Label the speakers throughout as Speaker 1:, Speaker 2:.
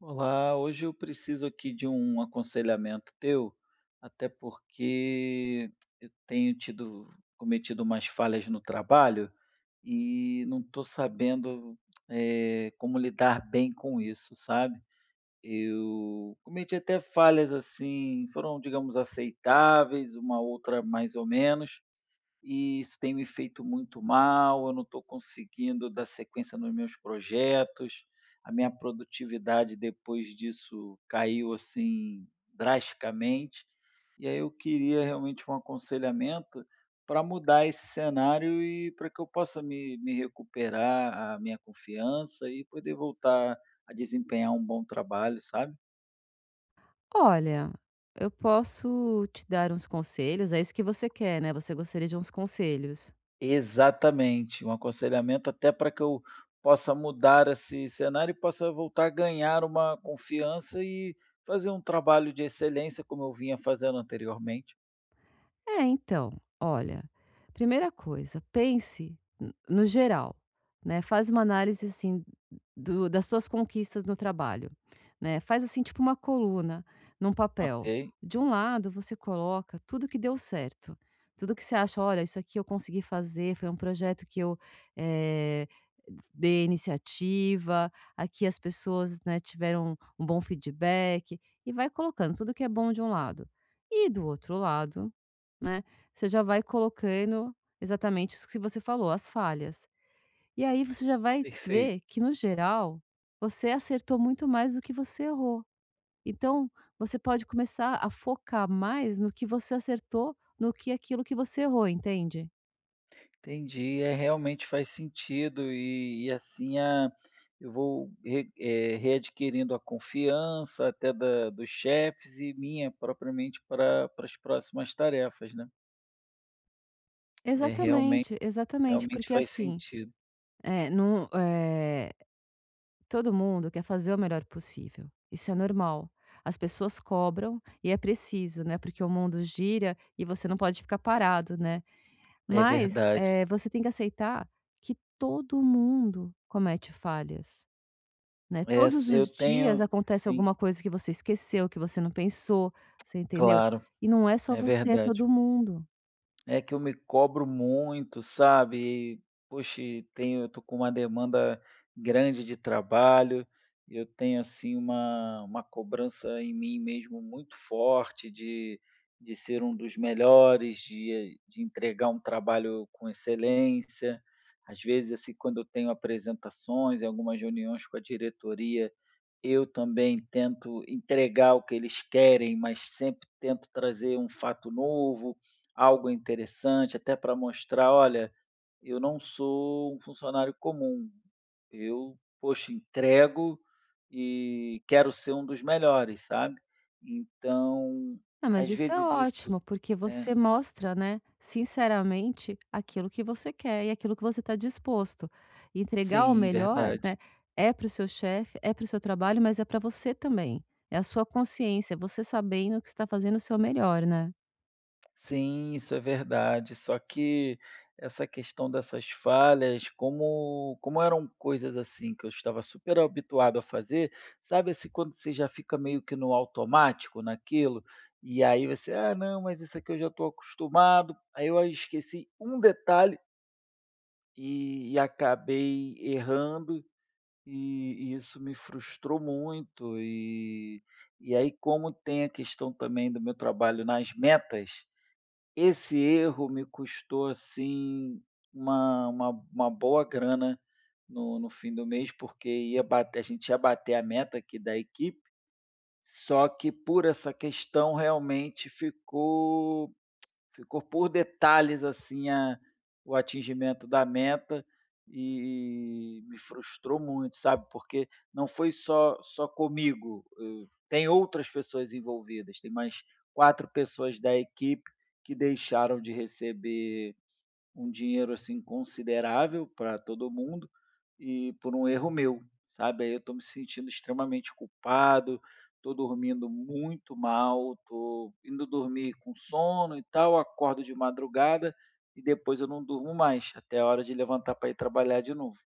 Speaker 1: Olá, hoje eu preciso aqui de um aconselhamento teu, até porque eu tenho tido cometido umas falhas no trabalho e não estou sabendo, como lidar bem com isso, sabe? Eu cometi até falhas assim, foram, digamos, aceitáveis, uma outra mais ou menos, e isso tem me feito muito mal. Eu não estou conseguindo dar sequência nos meus projetos. A minha produtividade depois disso caiu assim drasticamente. E aí eu queria realmente um aconselhamento para mudar esse cenário e para que eu possa me recuperar a minha confiança e poder voltar a desempenhar um bom trabalho, sabe?
Speaker 2: Olha, eu posso te dar uns conselhos, é isso que você quer, né, você gostaria de uns conselhos.
Speaker 1: Exatamente, um aconselhamento até para que eu possa mudar esse cenário e possa voltar a ganhar uma confiança e fazer um trabalho de excelência como eu vinha fazendo anteriormente.
Speaker 2: É, então, olha, primeira coisa, pense no geral, né? Faz uma análise assim das suas conquistas no trabalho, né? Faz assim tipo uma coluna num papel.
Speaker 1: Ok,
Speaker 2: De um lado você coloca tudo que deu certo, tudo que você acha, olha, isso aqui eu consegui fazer, foi um projeto que eu eh, dei iniciativa, aqui as pessoas né, tiveram um bom feedback e vai colocando tudo que é bom de um lado. E do outro lado, né, você já vai colocando exatamente isso que você falou, as falhas. E aí você já vai
Speaker 1: perfeito.
Speaker 2: ver que, no geral, você acertou muito mais do que você errou. Então, você pode começar a focar mais no que você acertou, no que aquilo que você errou, entende?
Speaker 1: Entendi, é, realmente faz sentido e assim a, eu vou readquirindo a confiança até dos chefes e minha propriamente para as próximas tarefas, né? É, realmente,
Speaker 2: Exatamente, exatamente,
Speaker 1: realmente
Speaker 2: porque
Speaker 1: faz
Speaker 2: assim,
Speaker 1: sentido.
Speaker 2: é, não, é, todo mundo quer fazer o melhor possível. Isso é normal. As pessoas cobram e é preciso, né? Porque o mundo gira e você não pode ficar parado, né?
Speaker 1: É
Speaker 2: Mas,
Speaker 1: verdade.
Speaker 2: você tem que aceitar que todo mundo comete falhas, né. Todos
Speaker 1: Essa
Speaker 2: os
Speaker 1: eu
Speaker 2: dias
Speaker 1: tenho
Speaker 2: acontece
Speaker 1: sim,
Speaker 2: alguma coisa que você esqueceu, que você não pensou, você entendeu?
Speaker 1: claro,
Speaker 2: E não é só
Speaker 1: é
Speaker 2: você, é
Speaker 1: verdade.
Speaker 2: todo mundo.
Speaker 1: É que eu me cobro muito, sabe, e, poxa, e tenho eu tô com uma demanda grande de trabalho, eu tenho, assim, uma cobrança em mim mesmo muito forte de ser um dos melhores, de entregar um trabalho com excelência. Às vezes, assim, quando eu tenho apresentações e algumas reuniões com a diretoria, eu também tento entregar o que eles querem, mas sempre tento trazer um fato novo, algo interessante, até para mostrar: "Olha, eu não sou um funcionário comum, eu, poxa, entrego e quero ser um dos melhores", sabe. Então,
Speaker 2: Ah, mas
Speaker 1: às
Speaker 2: isso é
Speaker 1: vezes isso
Speaker 2: ótimo, porque
Speaker 1: é,
Speaker 2: você mostra, né, sinceramente aquilo que você quer e aquilo que você está disposto. Entregar o
Speaker 1: sim,
Speaker 2: melhor,
Speaker 1: verdade.
Speaker 2: né, é para o seu chefe, é para o seu trabalho, mas é para você também. É a sua consciência, é você sabendo que está fazendo o seu melhor, né.
Speaker 1: Sim, isso é verdade. Só que essa questão dessas falhas, como eram coisas assim que eu estava super habituado a fazer, sabe assim quando você já fica meio que no automático naquilo, e aí você: "Ah, não, mas isso aqui eu já estou acostumado". Aí eu esqueci um detalhe e acabei errando, e isso me frustrou muito. E aí, como tem a questão também do meu trabalho nas metas, esse erro me custou, assim, uma boa grana no fim do mês, porque ia bater a gente ia bater a meta aqui da equipe, só que por essa questão realmente ficou por detalhes assim a, o atingimento da meta e me frustrou muito, sabe? Porque não foi só comigo, tem outras pessoas envolvidas, tem mais 4 pessoas da equipe que deixaram de receber um dinheiro, assim, considerável para todo mundo, e por um erro meu, sabe. Aí eu estou me sentindo extremamente culpado, estou dormindo muito mal, estou indo dormir com sono e tal, acordo de madrugada e depois eu não durmo mais, até a hora de levantar para ir trabalhar de novo.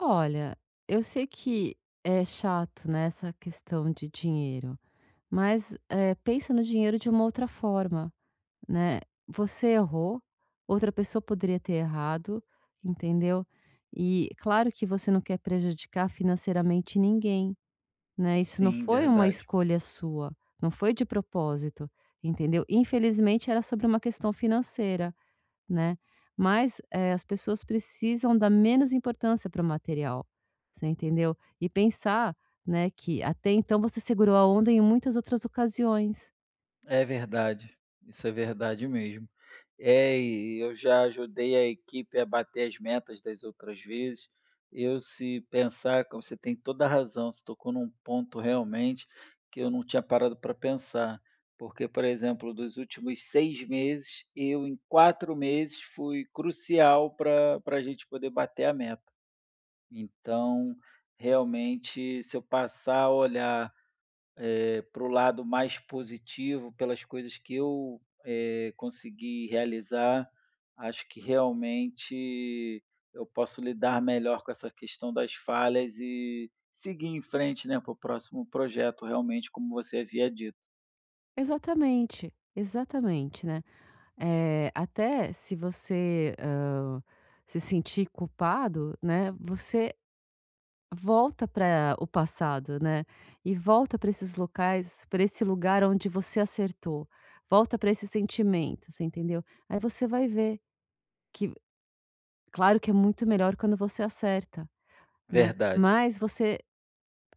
Speaker 2: Olha, eu sei que é chato, né, essa questão de dinheiro, mas, pensa no dinheiro de uma outra forma, né. Você errou, outra pessoa poderia ter errado, entendeu. E claro que você não quer prejudicar financeiramente ninguém, né, isso não
Speaker 1: Sim,
Speaker 2: foi uma
Speaker 1: verdade.
Speaker 2: escolha sua, não foi de propósito, entendeu. Infelizmente era sobre uma questão financeira né. Mas, as pessoas precisam dar menos importância para o material, você entendeu? E pensar, né, que até então você segurou a onda em muitas outras ocasiões.
Speaker 1: É verdade, isso é verdade mesmo. É, e eu já ajudei a equipe a bater as metas das outras vezes. Eu, se pensar, como você tem toda a razão, você tocou num ponto realmente que eu não tinha parado para pensar. Porque, por exemplo, dos últimos 6 meses, eu em 4 meses fui crucial para a gente poder bater a meta. Então, realmente, se eu passar a olhar para o lado mais positivo, pelas coisas que eu, consegui realizar, acho que realmente eu posso lidar melhor com essa questão das falhas e seguir em frente, né, para o próximo projeto, realmente, como você havia dito.
Speaker 2: Exatamente, exatamente, né. Até se você, se sentir culpado, né, você volta para o passado, né, e volta para esses locais, para esse lugar onde você acertou, volta para esse sentimento, você entendeu? Aí você vai ver que claro que é muito melhor quando você acerta, né,
Speaker 1: Verdade,
Speaker 2: mas você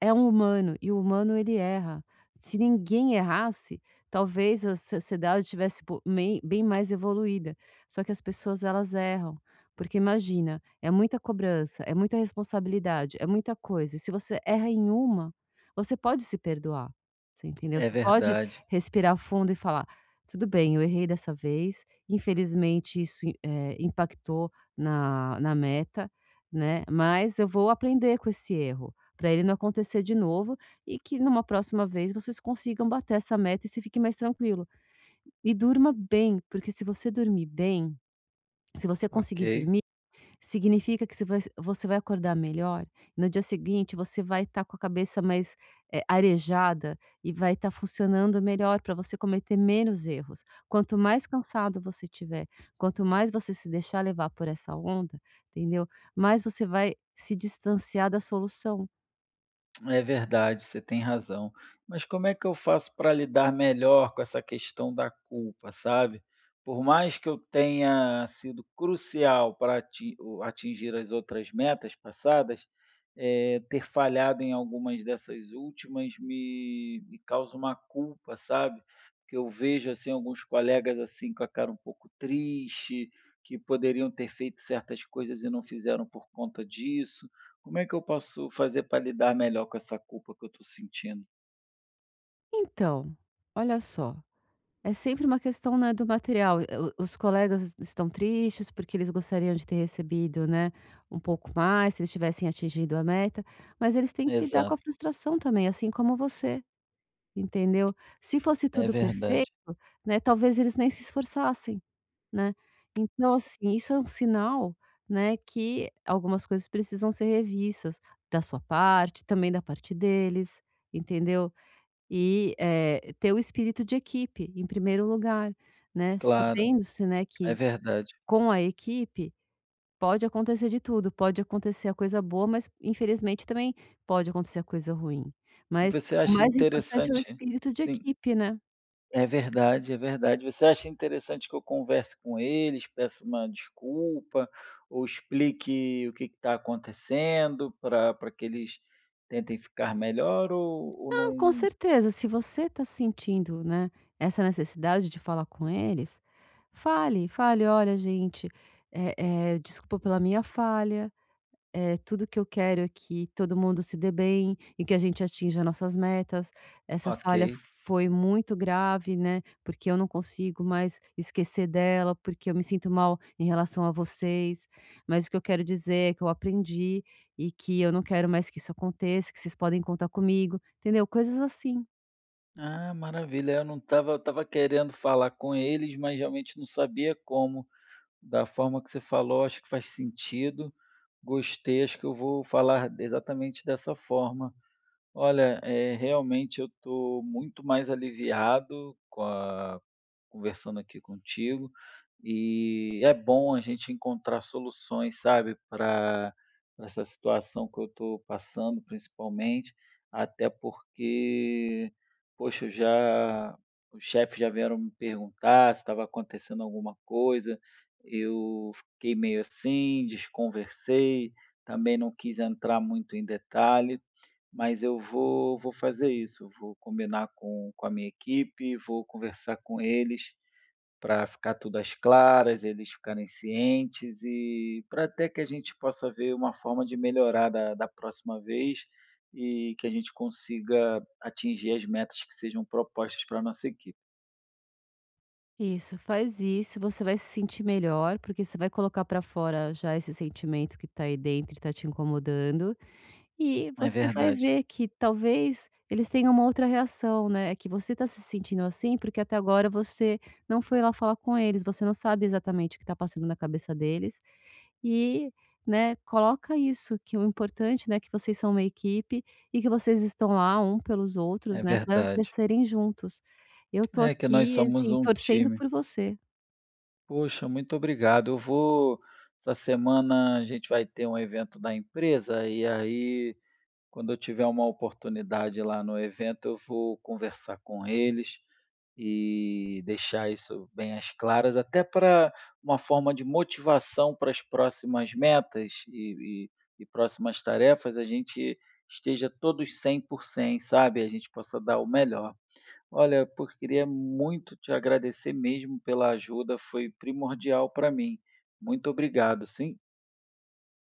Speaker 2: é um humano, e o humano ele erra. Se ninguém errasse, talvez a sociedade tivesse po mei bem mais evoluída, só que as pessoas elas erram. Porque imagina, é muita cobrança, é muita responsabilidade, é muita coisa, e se você erra em uma, você pode se perdoar, você entendeu?
Speaker 1: é
Speaker 2: Você pode
Speaker 1: verdade.
Speaker 2: respirar fundo e falar: "Tudo bem, eu errei dessa vez, infelizmente isso impactou na meta, né, mas eu vou aprender com esse erro. Para ele não acontecer de novo e que numa próxima vez vocês consigam bater essa meta e você fique mais tranquilo. E durma bem, porque se você dormir bem, se você conseguir
Speaker 1: Ok.
Speaker 2: dormir, significa que você vai acordar melhor, no dia seguinte você vai estar com a cabeça mais, arejada e vai estar funcionando melhor para você cometer menos erros. Quanto mais cansado você tiver, quanto mais você se deixar levar por essa onda, entendeu, mais você vai se distanciar da solução.
Speaker 1: É verdade, você tem razão. Mas como é que eu faço para lidar melhor com essa questão da culpa, sabe? Por mais que eu tenha sido crucial para atingir as outras metas passadas, ter falhado em algumas dessas últimas me causa uma culpa, sabe? Porque eu vejo assim alguns colegas assim com a cara um pouco triste, que poderiam ter feito certas coisas e não fizeram por conta disso. Como é que eu posso fazer para lidar melhor com essa culpa que eu estou sentindo?
Speaker 2: Então, olha só, é sempre uma questão, né, do material. O os colegas estão tristes, porque eles gostariam de ter recebido, né, um pouco mais, se eles tivessem atingido a meta, mas eles têm que lidar com a
Speaker 1: Exato,
Speaker 2: frustração também, assim como você, entendeu? Se fosse
Speaker 1: é
Speaker 2: tudo perfeito,
Speaker 1: verdade.
Speaker 2: né, talvez eles nem se esforçassem, né. Então, assim, isso é um sinal, né, que algumas coisas precisam ser revistas, da sua parte, também da parte deles, entendeu? E, ter o espírito de equipe em primeiro lugar, né,
Speaker 1: Claro,
Speaker 2: sabendo-se, né,
Speaker 1: é
Speaker 2: que
Speaker 1: verdade.
Speaker 2: com a equipe pode acontecer de tudo, pode acontecer a coisa boa, mas infelizmente também pode acontecer a coisa ruim.
Speaker 1: E
Speaker 2: Mas
Speaker 1: você
Speaker 2: o
Speaker 1: acha
Speaker 2: mais importante é o
Speaker 1: interessante
Speaker 2: espírito de
Speaker 1: sim,
Speaker 2: equipe, né.
Speaker 1: é verdade, é verdade. Você acha interessante que eu converse com eles, peça uma desculpa ou explique o que está acontecendo para que eles tentem ficar melhor ou
Speaker 2: Não, com
Speaker 1: não.
Speaker 2: certeza, se você está sentindo, né, essa necessidade de falar com eles, fale, fale: "Olha gente, eh desculpa pela minha falha". Tudo que eu quero é que todo mundo se dê bem e que a gente atinja nossas metas. Essa
Speaker 1: Ok.
Speaker 2: falha foi muito grave, né? Porque eu não consigo mais esquecer dela, porque eu me sinto mal em relação a vocês. Mas o que eu quero dizer é que eu aprendi e que eu não quero mais que isso aconteça, que vocês podem contar comigo, entendeu? Coisas assim.
Speaker 1: Ah, maravilha, eu não estava eu estava querendo falar com eles, mas realmente não sabia como. Da forma que você falou, acho que faz sentido. Gostei, acho que eu vou falar exatamente dessa forma. Olha, realmente eu estou muito mais aliviado com a conversando aqui contigo. E é bom a gente encontrar soluções, sabe, para essa situação que eu estou passando, principalmente, até porque, poxa, eu já os chefes já vieram me perguntar se estava acontecendo alguma coisa. Eu fiquei meio assim, desconversei, também não quis entrar muito em detalhe, mas eu vou fazer isso. Vou combinar com a minha equipe, vou conversar com eles para ficar tudo às claras, eles ficarem cientes e para até que a gente possa ver uma forma de melhorar da próxima vez e que a gente consiga atingir as metas que sejam propostas pra nossa equipe.
Speaker 2: Isso, faz isso, você vai se sentir melhor, porque você vai colocar pra fora já esse sentimento que tá aí dentro e tá te incomodando. E
Speaker 1: É
Speaker 2: você vai
Speaker 1: verdade,
Speaker 2: ver que talvez eles tenham uma outra reação, né, é que você está se sentindo assim, porque até agora você não foi lá falar com eles, você não sabe exatamente o que está passando na cabeça deles e, né, coloca isso, que o importante, né, que vocês são uma equipe e que vocês estão lá um pelos outros,
Speaker 1: é
Speaker 2: né, para
Speaker 1: verdade.
Speaker 2: crescerem juntos. Eu tô
Speaker 1: É que nós
Speaker 2: aqui,
Speaker 1: somos
Speaker 2: assim,
Speaker 1: um
Speaker 2: torcendo
Speaker 1: time.
Speaker 2: por você.
Speaker 1: Poxa, muito obrigado. Eu vou Essa semana a gente vai ter um evento da empresa e aí, quando eu tiver uma oportunidade lá no evento, eu vou conversar com eles. E deixar isso bem às claras, até para uma forma de motivação para as próximas metas e próximas tarefas, a gente esteja todos 100% sabe, a gente possa dar o melhor. Olha, pô, queria muito te agradecer mesmo pela ajuda, foi primordial para mim. Muito obrigado, sim.